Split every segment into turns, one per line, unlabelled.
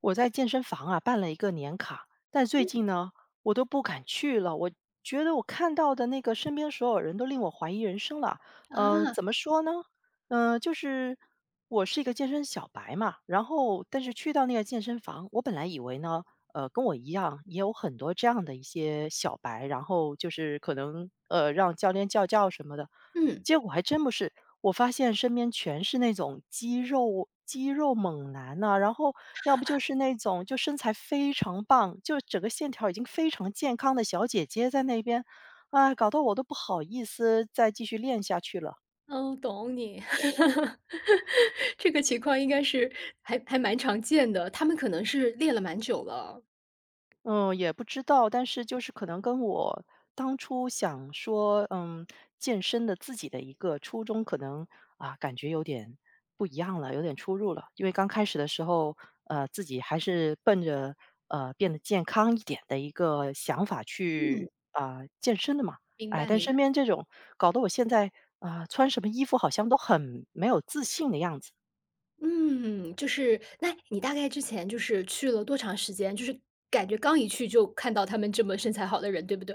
我在健身房啊办了一个年卡，但最
嗯，
近呢，我都不敢去了。我觉得我看到的那个身边所有人都令我怀疑人生了。
啊，
怎么说呢？呃，就是我是一个健身小白嘛，然后但是去到那个健身房，我本来以为呢，跟我一样也有很多这样的一些小白，然后就是可能让教练叫什么的。
嗯。
结果还真不是，我发现身边全是那种肌肉猛男呐、然后要不就是那种就身材非常棒，就整个线条已经非常健康的小姐姐在那边，啊，搞得我都不好意思再继续练下去了。
嗯，懂你。这个情况应该是还蛮常见的，他们可能是练了蛮久了。
嗯，也不知道，但是就是可能跟我当初想说，嗯，健身的自己的一个初衷，可能啊，感觉有点不一样了，有点出入了。因为刚开始的时候，自己还是奔着变得健康一点的一个想法去
嗯。
啊、健身的嘛，
明
哎，
白
但
明白。
身边这种搞得我现在啊、穿什么衣服好像都很没有自信的样子。
嗯，就是那你大概之前就是去了多长时间？就是感觉刚一去就看到他们这么身材好的人，对不对？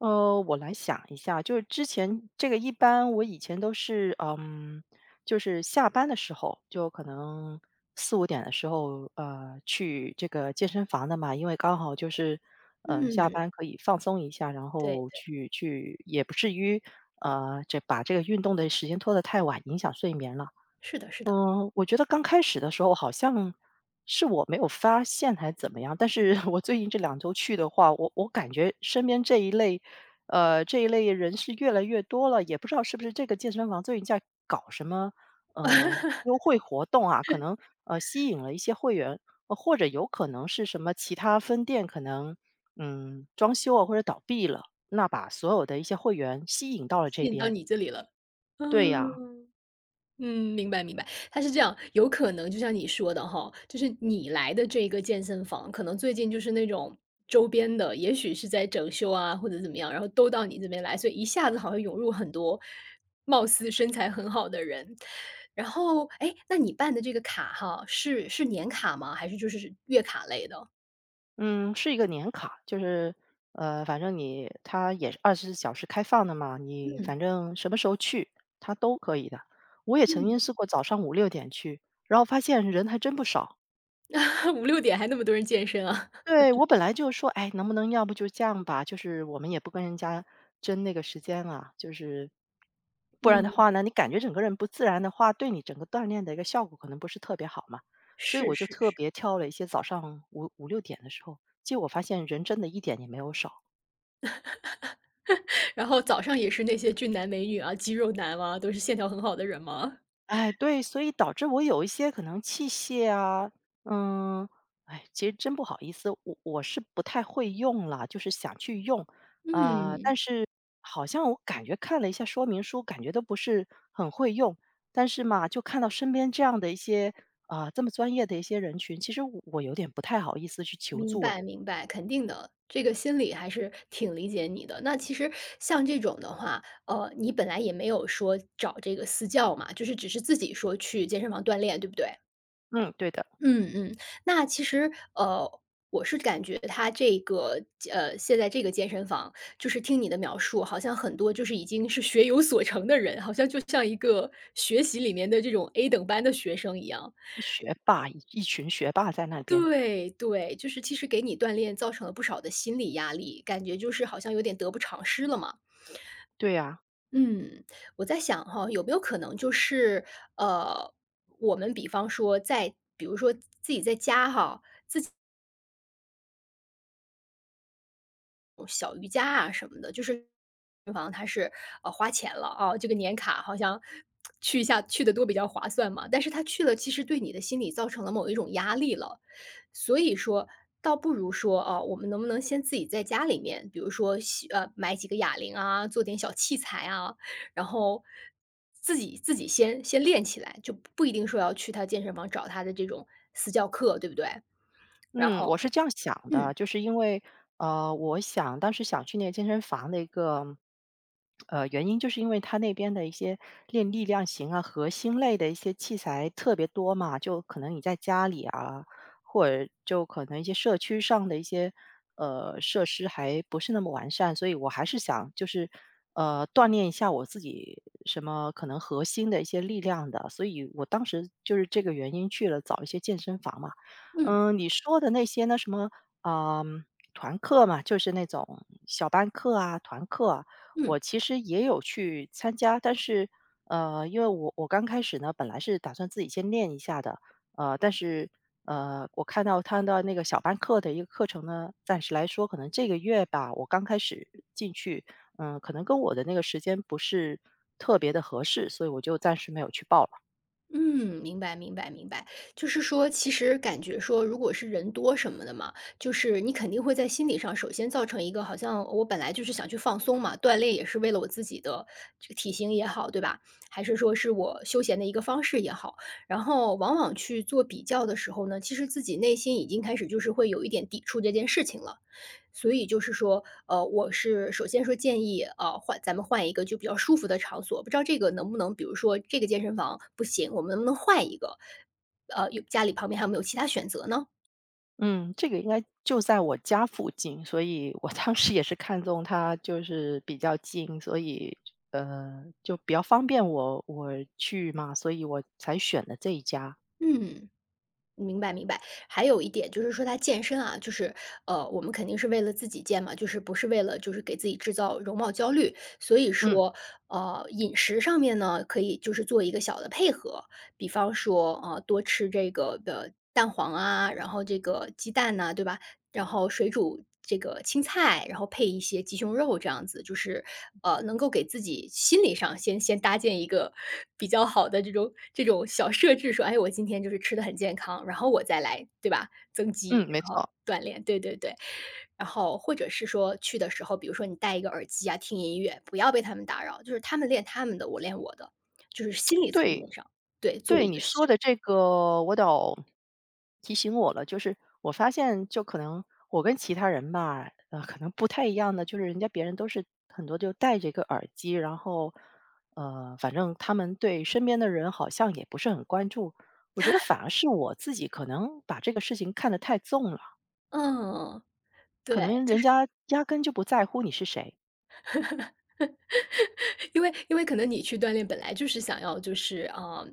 我来想一下，就是之前这个一般我以前都是，嗯，就是下班的时候，就可能4、5点的时候，去这个健身房的嘛，因为刚好就是，下
嗯，
班可以放松一下，然
对
后
对，
去也不至于，这把这个运动的时间拖得太晚，影响睡眠了。
是的是的，
嗯，我觉得刚开始的时候好像是我没有发现还怎么样，但是 我最近这2周去的话，我感觉身边这一类人是越来越多了，也不知道是不是这个健身房最近在搞什么呃优惠活动啊，可能吸引了一些会员，或者有可能是什么其他分店可能装修啊或者倒闭了，那把所有的一些会员吸引到了
吸
这
引到
边。
你这里了。
对
嗯。
呀、
嗯，明白明白，他是这样，有可能就像你说的哈，就是你来的这个健身房，可能最近就是那种周边的，也许是在整修啊或者怎么样，然后都到你这边来，所以一下子好像涌入很多貌似身材很好的人。然后，哎，那你办的这个卡哈，是年卡吗？还是就是月卡类的？
嗯，是一个年卡，就是，反正你它也是24小时开放的嘛，你
嗯
反正什么时候去，它都可以的。我也曾经
嗯。
试过早上五六点去，然后发现人还真不少。
五六点还那么多人健身啊？
对，我本来就说，哎，能不能要不就这样吧，就是我们也不跟人家争那个时间了，就是不然的
嗯，
话呢，你感觉整个人不自然的话，对你整个锻炼的一个效果可能不是特别好嘛。所以
是
我就
是
特
是，
别挑了一些早上五六点的时候，结果发现人真的一点也没有少。
然后早上也是那些俊男美女啊、肌肉男啊，都是线条很好的人吗？
哎，对，所以导致我有一些可能器械啊，嗯，哎，其实真不好意思，我是不太会用了，就是想去用，啊，但
嗯，
是好像我感觉看了一下说明书，感觉都不是很会用。但是嘛，就看到身边这样的一些啊、这么专业的一些人群，其实我有点不太好意思去求
明
助。哎，
白明白，肯定的，这个心理还是挺理解你的。那其实像这种的话，你本来也没有说找这个私教嘛，就是只是自己说去健身房锻炼，对不对？
嗯，对的，
嗯嗯，那其实我是感觉他这个现在这个健身房，就是听你的描述，好像很多就是已经是学有所成的人，好像就像一个学习里面的这种 A 等班的学生一样。
学霸一一群学霸在那边，
对对，就是其实给你锻炼造成了不少的心理压力，感觉就是好像有点得不偿失了嘛。
对呀、
嗯，我在想哈，有没有可能就是，呃，我们比方说在比如说自己在家哈，小瑜伽啊什么的，就是健身房它是，花钱了啊，这个年卡好像去一下去的多比较划算嘛。但是他去了，其实对你的心理造成了某一种压力了。所以说倒不如说，啊，我们能不能先自己在家里面，比如说洗买几个哑铃啊，做点小器材啊，然后自己先练起来，就不一定说要去他健身房找他的这种私教课，对不对？然
嗯，我
后
是这样想
嗯，
的，就是因为，我想当时想去那个健身房的一个，原因就是因为他那边的一些练力量型啊、核心类的一些器材特别多嘛，就可能你在家里啊，或者就可能一些社区上的一些设施还不是那么完善，所以我还是想就是锻炼一下我自己什么可能核心的一些力量的，所以我当时就是这个原因去了找一些健身房嘛。
嗯，
嗯，你说的那些呢，什么，啊，团课嘛，就是那种小班课啊、团课啊，我
嗯。
其实也有去参加，但是，因为我刚开始呢，本来是打算自己先练一下的，呃，但是，我看到他的那个小班课的一个课程呢，暂时来说，可能这个月吧，我刚开始进去，嗯，可能跟我的那个时间不是特别的合适，所以我就暂时没有去报了。
嗯，明白明白明白，就是说，其实感觉说，如果是人多什么的嘛，就是你肯定会在心理上首先造成一个，好像我本来就是想去放松嘛，锻炼也是为了我自己的这个体型也好，对吧？还是说是我休闲的一个方式也好，然后往往去做比较的时候呢，其实自己内心已经开始就是会有一点抵触这件事情了。所以就是说，我是首先说建议，换咱们换一个就比较舒服的场所，不知道这个能不能，比如说这个健身房不行，我们能不能换一个？有家里旁边还有没有其他选择呢？
嗯，这个应该就在我家附近，所以我 当时也是看中它就是比较近，所以就比较方便我去嘛，所以我才选的这一家。
嗯。明白明白，还有一点就是说他健身啊，就是我们肯定是为了自己健嘛，就是不是为了就是给自己制造容貌焦虑，所以
嗯，
说饮食上面呢，可以就是做一个小的配合，比方说多吃这个的蛋黄啊，然后这个鸡蛋呐、对吧？然后水煮这个青菜，然后配一些鸡胸肉这样子，就是，能够给自己心理上先搭建一个比较好的这种小设置，说，哎，我今天就是吃的很健康，然后我再来，对吧？增肌，
嗯，没
然后
错。
锻炼，对对对。然后或者是说去的时候，比如说你戴一个耳机啊，听音乐，不要被他们打扰，就是他们练他们的，我练我的，就是心理层
对，
面上，对，做
对，
一
你
个设
说的这个我倒提醒我了，就是我发现就可能我跟其他人吧，可能不太一样的，就是人家别人都是很多就戴着一个耳机，然后，反正他们对身边的人好像也不是很关注。我觉得反而是我自己可能把这个事情看得太重了，
嗯，对。
可能人家压根就不在乎你是谁。
因为因为可能你去锻炼本来就是想要就是啊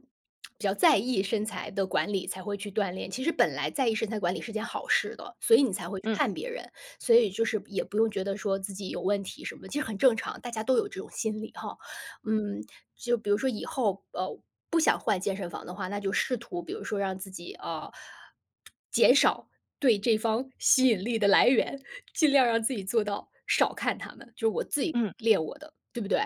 比较在意身材的管理才会去锻炼，其实本来在意身材管理是件好事的，所以你才会去
嗯
看别人，所以就是也不用觉得说自己有问题什么，的，其实很正常，大家都有这种心理哈。嗯，就比如说以后不想换健身房的话，那就试图比如说让自己减少对这方吸引力的来源，尽量让自己做到少看他们，就是我自己
嗯。
练我的，对不对？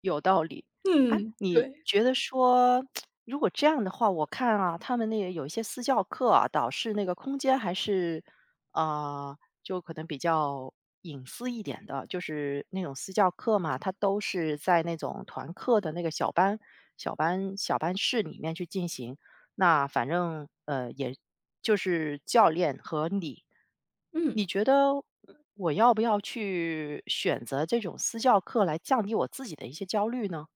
有道理。哎，
嗯，
你
对。
觉得说，如果这样的话，我看啊，他们那个有一些私教课啊，导师那个空间还是，啊，就可能比较隐私一点的，就是那种私教课嘛，它都是在那种团课的那个小班室里面去进行。那反正，也就是教练和你，
嗯，
你觉得我要不要去选择这种私教课来降低我自己的一些焦虑呢？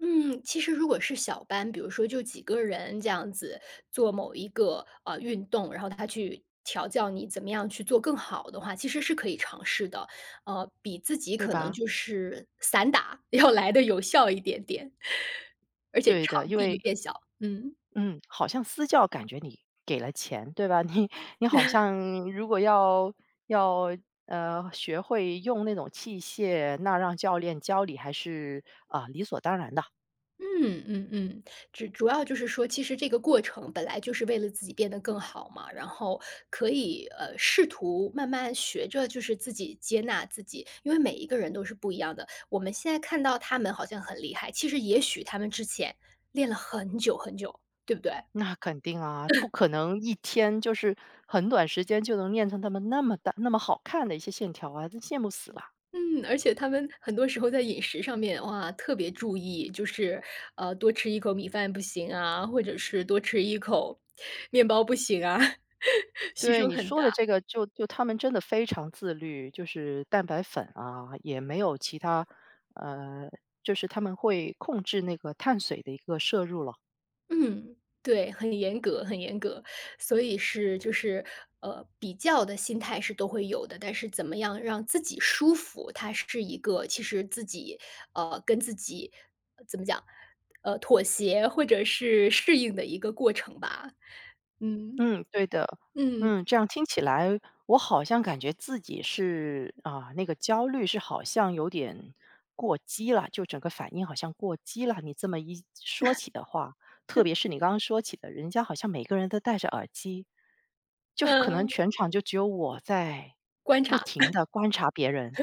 嗯，其实如果是小班，比如说就几个人这样子做某一个，运动，然后他去调教你怎么样去做更好的话，其实是可以尝试的。比自己
对
可能
吧？
就是散打 要来的有效一点点，而且
对的，
场
因
地就
为
变小，嗯。
嗯，好像私教感觉你给了钱，对吧？你好像如果要学会用那种器械，那让教练教你还是啊、理所当然的。
嗯嗯嗯，只主要就是说，其实这个过程本来就是为了自己变得更好嘛，然后可以试图慢慢学着就是自己接纳自己，因为每一个人都是不一样的。我们现在看到他们好像很厉害，其实也许他们之前练了很久很久，对不对？
那肯定啊，不可能一天就是很短时间就能练成他们那么大、那么好看的一些线条啊，真羡慕死了。
嗯，而且他们很多时候在饮食上面，哇，特别注意，就是多吃一口米饭不行啊，或者是多吃一口面包不行啊，牺
对
牲
你
很
说
大。
的这个，就他们真的非常自律，就是蛋白粉啊，也没有其他，呃，就是他们会控制那个碳水的一个摄入了。
嗯，对，很严格，很严格。所以是就是，比较的心态是都会有的，但是怎么样让自己舒服，它是一个其实自己，跟自己怎么讲，妥协或者是适应的一个过程吧。嗯，
嗯，对的。
嗯，
嗯，这样听起来，我好像感觉自己是啊，那个焦虑是好像有点过激了，就整个反应好像过激了。你这么一说起的话，特别是你刚刚说起的，人家好像每个人都戴着耳机，就是可能
嗯，
全场就只有我在
观
不
察。
停的观察别人。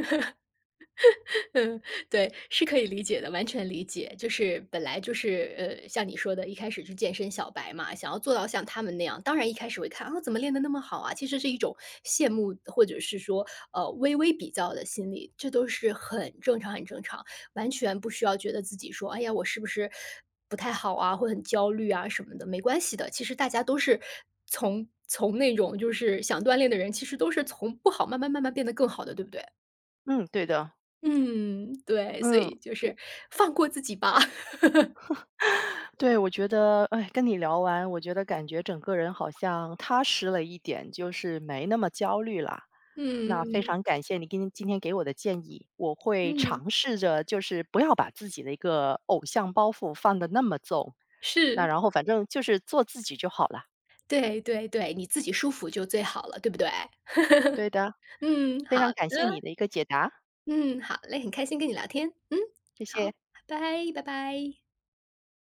嗯，对，是可以理解的，完全理解。就是本来就是，像你说的，一开始是健身小白嘛，想要做到像他们那样，当然一开始会看啊，怎么练得那么好啊，其实是一种羡慕或者是说，微微比较的心理，这都是很正常、很正常，完全不需要觉得自己说，哎呀，我是不是不太好啊，会很焦虑啊什么的，没关系的。其实大家都是从那种就是想锻炼的人，其实都是从不好慢慢慢慢变得更好的，对不对？
嗯，对的。
嗯，对，所
嗯，
以就是放过自己吧。
对，我觉得，哎，跟你聊完，我觉得感觉整个人好像踏实了一点，就是没那么焦虑了。那非
嗯，
常感谢你今天给我的建议，我会
嗯，
尝试着就是不要把自己的一个偶像包袱放得那么重，那
是，
然后反正就是做自己就好了。
对对对，你自己舒服就最好了，对不对？
对的，
嗯，
非
好
常感谢你
的，
的一个解答，
嗯，好嘞，很开心跟你聊天，嗯，
谢
好，
谢。
拜拜，拜拜。